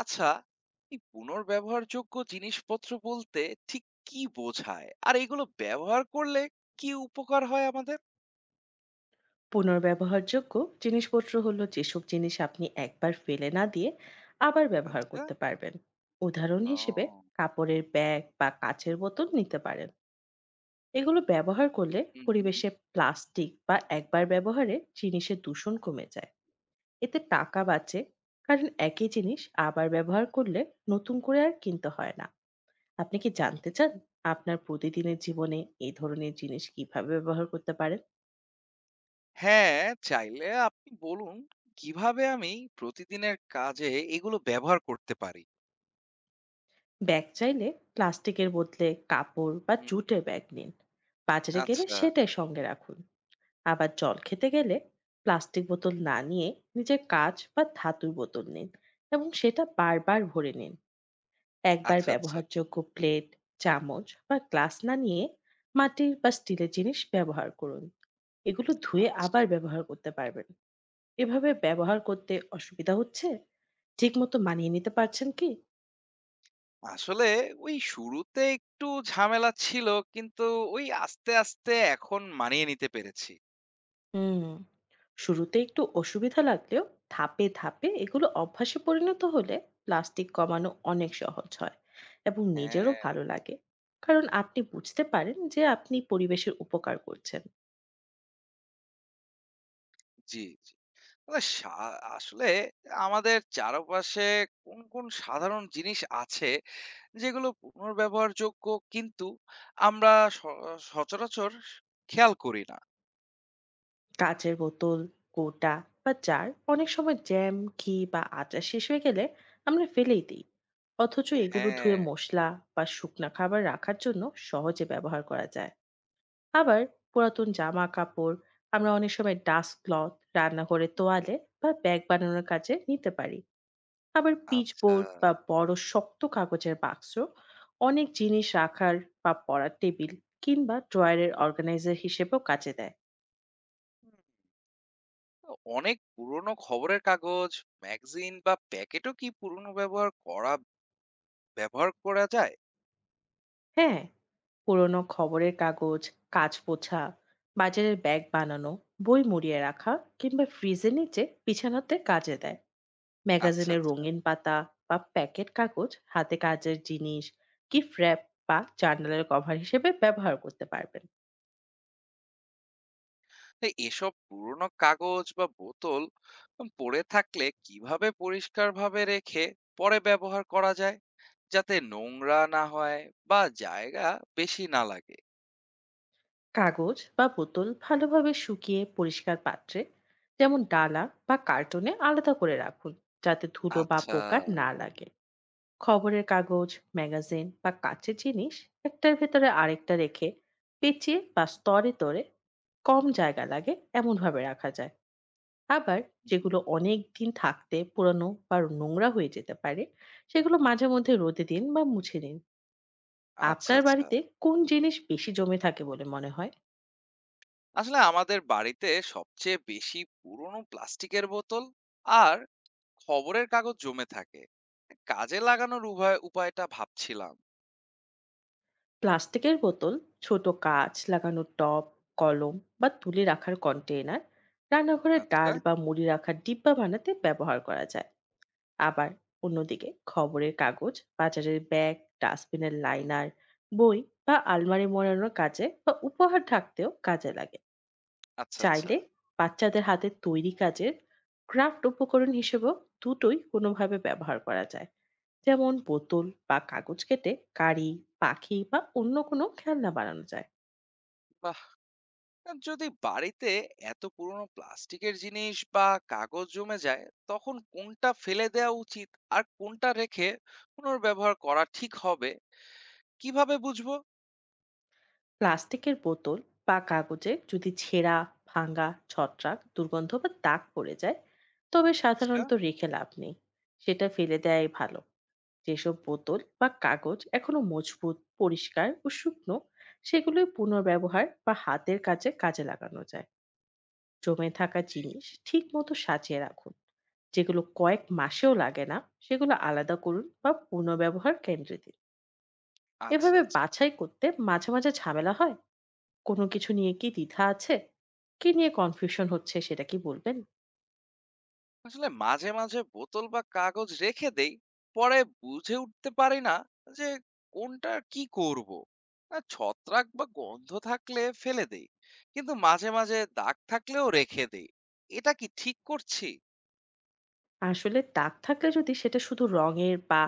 আচ্ছা, এই পুনর্ব্যবহারযোগ্য জিনিসপত্র বলতে ঠিক কি বোঝায়? আর এগুলো ব্যবহার করলে কি উপকার হয় আমাদের? পুনর্ব্যবহারযোগ্য জিনিসপত্র হলো যেসব জিনিস আপনি একবার ফেলে না দিয়ে আবার ব্যবহার আচ্ছা। করতে পারবেন। উদাহরণ হিসেবে ও কাপড়ের ব্যাগ বা কাচের বোতল নিতে পারেন। এগুলো ব্যবহার করলে হুম, হুম, পরিবেশে প্লাস্টিক বা একবার ব্যবহারে জিনিসের দূষণ কমে যায়। এতে টাকা বাঁচে, কারণ একই জিনিস আবার ব্যবহার করলে নতুন করে আর কিনতে হয় না। আপনি কি হুম, জানতে হুম। চান আপনার প্রতিদিনের জীবনে এই ধরনের জিনিস কিভাবে ব্যবহার করতে পারেন? হ্যাঁ, চাইলে আপনি বলুন কিভাবে আমি প্রতিদিনের কাজে এগুলো ব্যবহার করতে পারি? ব্যাগ চাইলে প্লাস্টিকের বদলে কাপড় বা হুম, হুম। জুটের ব্যাগ নিন। বাজারে গেলে আচ্ছা, সেটাই সঙ্গে রাখুন। আবার জল খেতে গেলে প্লাস্টিক বোতল না নিয়ে নিজের কাঁচ বা ধাতুর বোতল নিন, এবং সেটা বারবার ভরে নিন। একবার আচ্ছা, আচ্ছা, ব্যবহারযোগ্য প্লেট, চামচ বা গ্লাস না নিয়ে মাটির বা স্টিলের জিনিস ব্যবহার করুন। এগুলো ধুয়ে আচ্ছা। আবার ব্যবহার করতে পারবেন। হুম, এভাবে হুম। ব্যবহার করতে অসুবিধা হচ্ছে? ঠিকমতো মানিয়ে নিতে পারছেন কি? আসলে ওই শুরুতে একটু ঝামেলা ছিল, কিন্তু ওই আস্তে, আস্তে এখন মানিয়ে নিতে পেরেছি। হুম। শুরুতে একটু অসুবিধা লাগলেও ধাপে ধাপে এগুলো অভ্যাসে পরিণত হলে প্লাস্টিক কমানো অনেক সহজ হয়, এবং নিজেরও হ্যাঁ, ভালো লাগে, কারণ আপনি বুঝতে পারেন যে আপনি পরিবেশের উপকার করছেন। জি, জি। আসলে আসলে আমাদের চারপাশে কোন, কোন সাধারণ জিনিস আছে যেগুলো পুনর্ব্যবহারযোগ্য, কিন্তু আমরা স সচরাচর খেয়াল করি না? কাঁচের বোতল, কোটা বা জার অনেক সময় জ্যাম, ঘি বা আচার শেষ হয়ে গেলে আমরা ফেলেই দিই, অথচ এগুলো ধুয়ে হ্যাঁ, মশলা বা শুকনা খাবার রাখার জন্য সহজে ব্যবহার করা যায়। আবার পুরাতন জামা কাপড় আমরা অনেক সময় ডাস্ট ক্লথ, রান্নাঘরের তোয়ালে বা ব্যাগ বানানোর কাজে নিতে পারি। আবার পিচ আচ্ছা। বোর্ড বা বড় শক্ত কাগজের বাক্স অনেক জিনিস রাখার বা পড়ার টেবিল কিংবা ড্রয়ারের অর্গানাইজার হিসেবেও কাজে দেয়। হুম, অনেক পুরনো খবরের কাগজ, ম্যাগাজিন বা প্যাকেটও কি পুনর্ব্যবহার করা ব্যবহার করা যায়? হ্যাঁ, পুরনো খবরের কাগজ কাজ পোছা, বাজারের ব্যাগ বানানো, বই মুড়িয়ে রাখা, কিংবা ফ্রিজের নিচে বিছানাতে কাজে দেয়। হুম, আচ্ছা, ম্যাগাজিনের আচ্ছা। রঙিন পাতা বা প্যাকেট কাগজ হাতে কাজের জিনিস, গিফট র্যাপ বা জার্নালের কভার হিসেবে ব্যবহার করতে পারবেন। তো এসব পুরনো কাগজ বা বোতল পড়ে থাকলে কিভাবে পরিষ্কারভাবে রেখে পরে ব্যবহার করা যায়? যাতে নোংরা না হয় বা জায়গা বেশি না লাগে। কাগজ বা বোতল ভালোভাবে শুকিয়ে পরিষ্কার পাত্রে, যেমন ডালা বা কার্টুনে আলাদা করে রাখুন, যাতে ধুলো বা আচ্ছা। পোকা না লাগে। খবরের কাগজ, ম্যাগাজিন বা কাচের জিনিস একটার ভেতরে আরেকটা রেখে, পেঁচিয়ে বা স্তরে তরে কম জায়গা লাগে এমনভাবে রাখা যায়। আবার যেগুলো অনেক দিন থাকতে পুরানো বা নোংরা হয়ে যেতে পারে, সেগুলো মাঝে মধ্যে রোদে দিন বা মুছে নিন। আচ্ছা, আপনার আচ্ছা। বাড়িতে কোন জিনিস বেশি জমে থাকে বলে মনে হয়? আসলে আমাদের বাড়িতে সবচেয়ে বেশি পুরনো প্লাস্টিকের বোতল আর খবরের কাগজ জমে থাকে। কাজে লাগানোর উভয় উপায়টা ভাবছিলাম। প্লাস্টিকের বোতল ছোট কাঁচ লাগানো টব, কলম বা তুলে রাখার কন্টেইনার, রান্নাঘরে ডাল আচ্ছা। বা মুড়ি রাখার ডিব্বা বানাতে ব্যবহার করা যায়। আবার অন্যদিকে খবরের কাগজ বাজারের ব্যাগ, ডাস্টবিনের হুম, হুম। লাইনার, বই বা আলমারি মোড়ানোর কাজে বা উপহার থাকতেও কাজে লাগে। আচ্ছা, আচ্ছা। চাইলে বাচ্চাদের হাতের তৈরি কাজের ক্রাফট উপকরণ হিসেবেও দুটোই কোনোভাবে ব্যবহার করা যায়। যেমন বোতল বা কাগজ কেটে গাড়ি, পাখি বা অন্য কোনো খেলনা বানানো যায়। বাহ! আর যদি বাড়িতে এত পুরনো প্লাস্টিকের জিনিস বা কাগজ জমে যায়, তখন কোনটা ফেলে দেওয়া উচিত আর কোনটা রেখে পুনর্ব্যবহার করা ঠিক হবে, কিভাবে বুঝবো? প্লাস্টিকের বোতল বা কাগজে যদি ছেঁড়া, ভাঙা, ছত্রাক, দুর্গন্ধ বা দাগ পড়ে যায়, তবে আচ্ছা, সাধারণত রেখে লাভ নেই, সেটা ফেলে দেয়াই ভালো। যেসব বোতল বা কাগজ এখনো মজবুত, পরিষ্কার ও শুকনো, সেগুলোই পুনর্ব্যবহার বা হাতের কাজে কাজে লাগানো যায়। জমে থাকা জি, জিনিস জি। ঠিকমতো সাজিয়ে রাখুন। যেগুলো কয়েক মাসেও লাগে না, সেগুলো আলাদা করুন বা পুনর্ব্যবহার কেন্দ্রে দিন। আচ্ছা, এভাবে আচ্ছা। বাছাই করতে মাঝে মাঝে ঝামেলা হয়। কোনো কিছু নিয়ে কি দ্বিধা আছে? কি নিয়ে কনফিউশন হচ্ছে সেটা কি বলবেন? আসলে মাঝে, মাঝে বোতল বা কাগজ রেখে দেই। পরে বুঝে উঠতে পারি না যে কোনটা কি করব। ছত্রাক বা গন্ধ থাকলে ফেলে দেই। কিন্তু মাঝে, মাঝে দাগ থাকলেও রেখে দেই। এটা কি ঠিক করছি? আসলে দাগ থাকলে যদি সেটা শুধু রঙের বা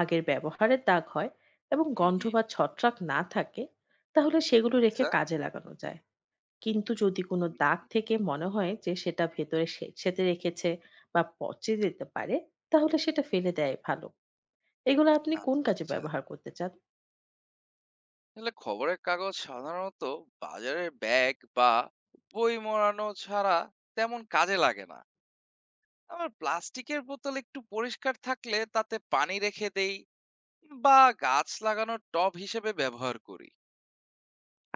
আগের ব্যবহারের দাগ হয়, এবং হুম, গন্ধ হুম। বা ছত্রাক না থাকে, তাহলে সেগুলো রেখে আচ্ছা। কাজে লাগানো যায়। কিন্তু যদি কোনো হুম, দাগ হুম। থেকে মনে হয় যে সেটা ভেতরে সেঁতে রেখেছে বা পচে যেতে পারে, তাহলে সেটা ফেলে দেয় ভালো। এগুলো আপনি কোন আচ্ছা, কাজে আচ্ছা। ব্যবহার করতে চান? তাহলে খবরের কাগজ সাধারণত বাজারের ব্যাগ বা বই মোড়ানো ছাড়া তেমন কাজে লাগে না। আবার প্লাস্টিকের বোতল একটু পরিষ্কার থাকলে তাতে পানি রেখে দেই বা গাছ লাগানোর টব হিসেবে ব্যবহার করি।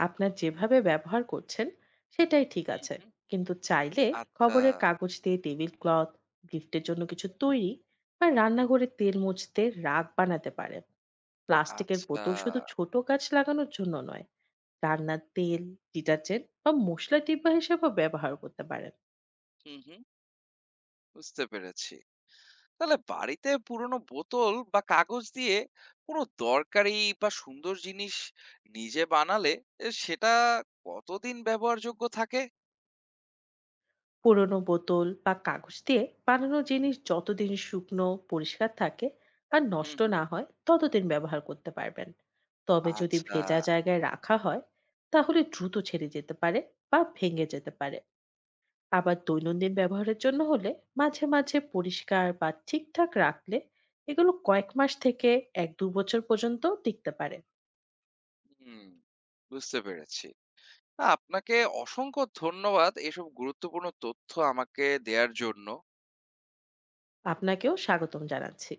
আপনার যেভাবে ব্যবহার করছেন সেটাই ঠিক হুম, আছে। হুম। কিন্তু চাইলে আচ্ছা। খবরের কাগজ দিয়ে টেবিল ক্লথ, গিফটের জন্য কিছু তৈরি, বা হুম, রান্নাঘরে হুম। তেল মুছতে রাগ বানাতে পারে। প্লাস্টিকের আচ্ছা। বোতল শুধু ছোট গাছ লাগানোর জন্য নয়, রান্নার তেল, ডিটারজেন্ট বা মশলা ডিব্বা হিসেবেও ব্যবহার করতে পারেন। হুম, হুম। বুঝতে পেরেছি। তাহলে বাড়িতে পুরনো বোতল বা কাগজ দিয়ে কোনো দরকারি বা সুন্দর জিনিস নিজে বানালে সেটা কতদিন ব্যবহারযোগ্য থাকে? পুরোনো বোতল বা কাগজ দিয়ে বানানো জিনিস যতদিন শুকনো, পরিষ্কার থাকে আর হুম, নষ্ট না হুম। হয়, ততদিন ব্যবহার করতে পারবেন। তবে যদি আচ্ছা। ভেজা জায়গায় রাখা হয়, তাহলে দ্রুত ছেড়ে যেতে পারে বা ভেঙে যেতে পারে। আবার দৈনন্দিন ব্যবহারের জন্য হলে, মাঝে মাঝে পরিষ্কার বা ঠিকঠাক রাখলে, এগুলো কয়েক মাস থেকে 1-2 বছর পর্যন্ত টিকতে পারে। হুম, বুঝতে পেরেছি। না, আপনাকে অসংখ্য ধন্যবাদ এসব গুরুত্বপূর্ণ তথ্য আমাকে দেয়ার জন্য। আপনাকেও স্বাগতম জানাচ্ছি।